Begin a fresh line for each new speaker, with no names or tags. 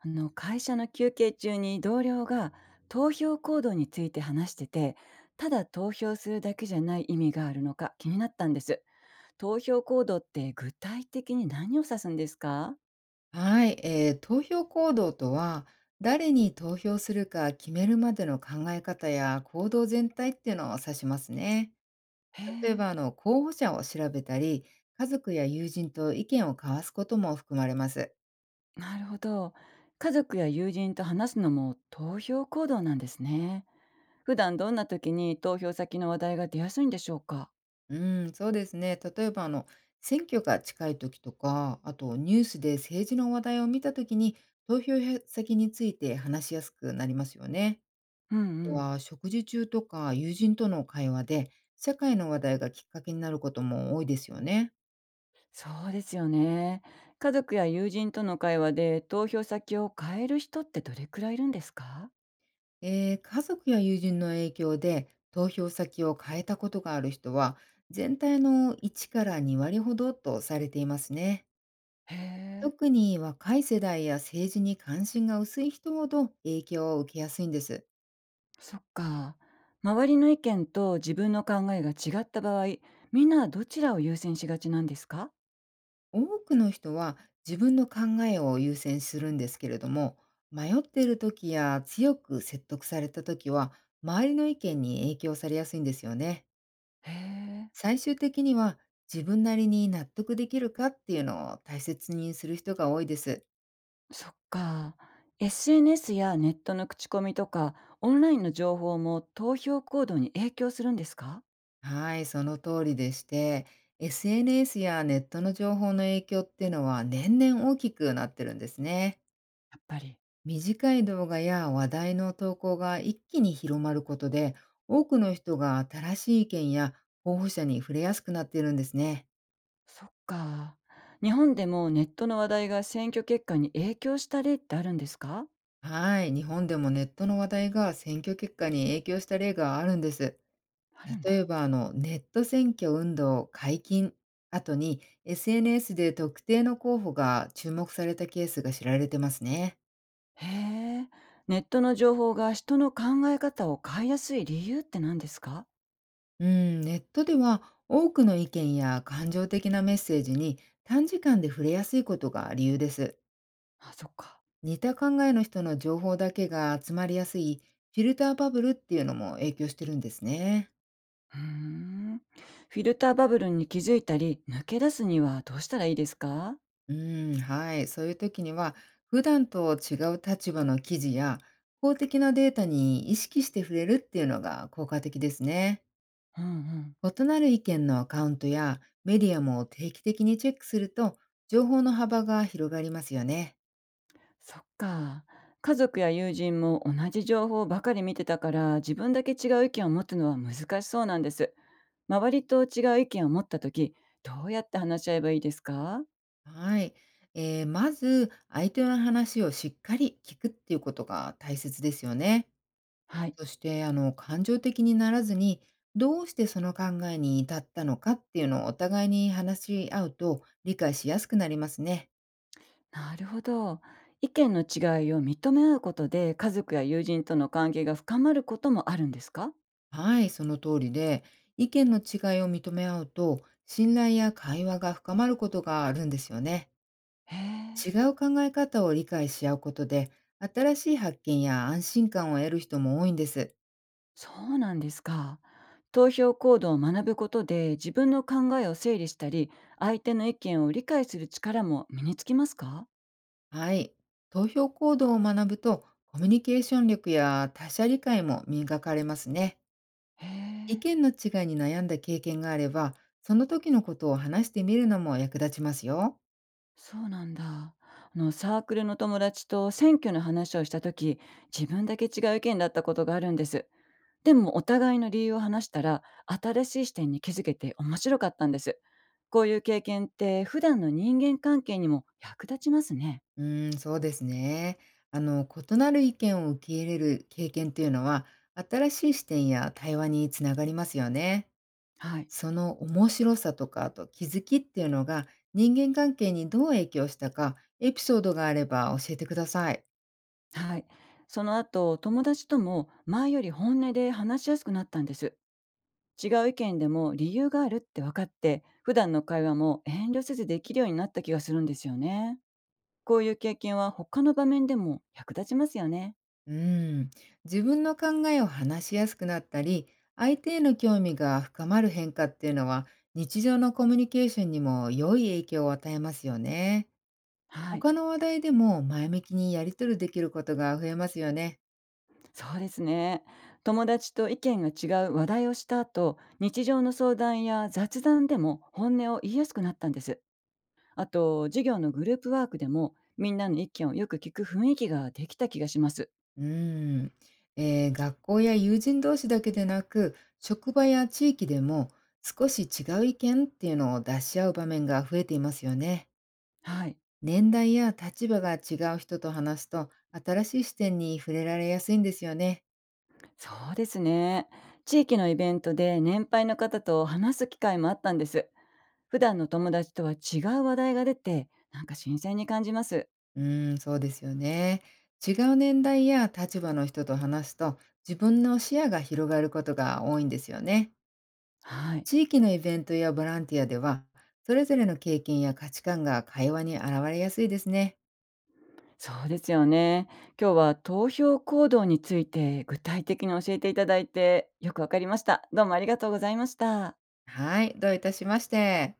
あの会社の休憩中に同僚が投票行動について話してて、ただ投票するだけじゃない意味があるのか気になったんです。投票行動って具体的に何を指すんですか？
はい、投票行動とは、誰に投票するか決めるまでの考え方や行動全体っていうのを指しますね。
へ
例え
え。
ば、候補者を調べたり、家族や友人と意見を交わすことも含まれます。
なるほど。家族や友人と話すのも投票行動なんですね。普段どんな時に投票先の話題が出やすいんでしょうか？
うん、そうですね。例えば、選挙が近い時とか、あとニュースで政治の話題を見た時に、投票先について話しやすくなりますよね。
うんうん。
は食事中とか友人との会話で社会の話題がきっかけになることも多いですよね。
そうですよね。家族や友人との会話で投票先を変える人ってどれくらいいるんですか？
家族や友人の影響で投票先を変えたことがある人は、全体の1から2割ほどとされていますね。
へえ、
特に若い世代や政治に関心が薄い人ほど影響を受けやすいんです。
そっか。周りの意見と自分の考えが違った場合、みんなはどちらを優先しがちなんですか？
多くの人は自分の考えを優先するんですけれども、迷っている時や強く説得された時は、周りの意見に影響されやすいんですよね。
へえ、
最終的には、自分なりに納得できるかっていうのを大切にする人が多いです。
そっか。SNS やネットの口コミとか、オンラインの情報も投票行動に影響するんですか？
はい、その通りでして、SNS やネットの情報の影響っていうのは、年々大きくなってるんですね。
やっぱり。
短い動画や話題の投稿が一気に広まることで、多くの人が新しい意見や候補者に触れやすくなっているんですね。
そっか。日本でもネットの話題が選挙結果に影響した例ってあるんですか？
はい、日本でもネットの話題が選挙結果に影響した例があるんです。
あるん
例
だ。
えば、ネット選挙運動解禁後に SNS で特定の候補が注目されたケースが知られてますね。
へえ、ネットの情報が人の考え方を変えやすい理由って何ですか？
うん、ネットでは多くの意見や感情的なメッセージに短時間で触れやすいことが理由です。
あ、そっか。
似た考えの人の情報だけが集まりやすいフィルターバブルっていうのも影響してるんですね。
うーん。フィルターバブルに気づいたり、抜け出すにはどうしたらいいですか？
うん、はい。そういう時には、普段と違う立場の記事や公的なデータに意識して触れるっていうのが効果的ですね。
うんうん。
異なる意見のアカウントやメディアも定期的にチェックすると、情報の幅が広がりますよね。
そっか。家族や友人も同じ情報ばかり見てたから、自分だけ違う意見を持つのは難しそうなんです。周りと違う意見を持った時、どうやって話し合えばいいですか？
はい。まず、相手の話をしっかり聞くっていうことが大切ですよね。
はい。
そして、感情的にならずに、どうしてその考えに至ったのかっていうのを、お互いに話し合うと理解しやすくなりますね。
なるほど。意見の違いを認め合うことで、家族や友人との関係が深まることもあるんですか？
はい、その通りで、意見の違いを認め合うと、信頼や会話が深まることがあるんですよね。
へえ。
違う考え方を理解し合うことで、新しい発見や安心感を得る人も多いんです。
そうなんですか。投票行動を学ぶことで自分の考えを整理したり、相手の意見を理解する力も身につきますか？
はい、投票行動を学ぶと、コミュニケーション力や他者理解も磨かれますね。
へ
意
え、
見の違いに悩んだ経験があれば、その時のことを話してみるのも役立ちますよ。
そうなんだ。あのサークルの友達と選挙の話をした時、自分だけ違う意見だったことがあるんです。でもお互いの理由を話したら、新しい視点に気づけて面白かったんです。こういう経験って普段の人間関係にも役立ちますね。
うーん、そうですね。異なる意見を受け入れる経験というのは、新しい視点や対話につながりますよね。
はい。
その面白さとか、あと気づきっていうのが、人間関係にどう影響したか、エピソードがあれば教えてください。
はい。その後、友達とも前より本音で話しやすくなったんです。違う意見でも理由があるって分かって、普段の会話も遠慮せずできるようになった気がするんですよね。こういう経験は他の場面でも役立ちますよね。
うん、自分の考えを話しやすくなったり、相手への興味が深まる変化っていうのは、日常のコミュニケーションにも良い影響を与えますよね。
はい。
他の話題でも前向きにやり取りできることが増えますよね。
そうですね。友達と意見が違う話題をした後、日常の相談や雑談でも本音を言いやすくなったんです。あと、授業のグループワークでもみんなの意見をよく聞く雰囲気ができた気がします。
うん、学校や友人同士だけでなく、職場や地域でも、少し違う意見っていうのを出し合う場面が増えていますよね。
はい。
年代や立場が違う人と話すと、新しい視点に触れられやすいんですよね。
そうですね。地域のイベントで年配の方と話す機会もあったんです。普段の友達とは違う話題が出て、なんか新鮮に感じます。
うーん、そうですよね。違う年代や立場の人と話すと、自分の視野が広がることが多いんですよね。
はい。
地域のイベントやボランティアでは、それぞれの経験や価値観が会話に現れやすいですね。
そうですよね。今日は投票行動について具体的に教えていただいてよくわかりました。どうもありがとうございました。
はい、どういたしまして。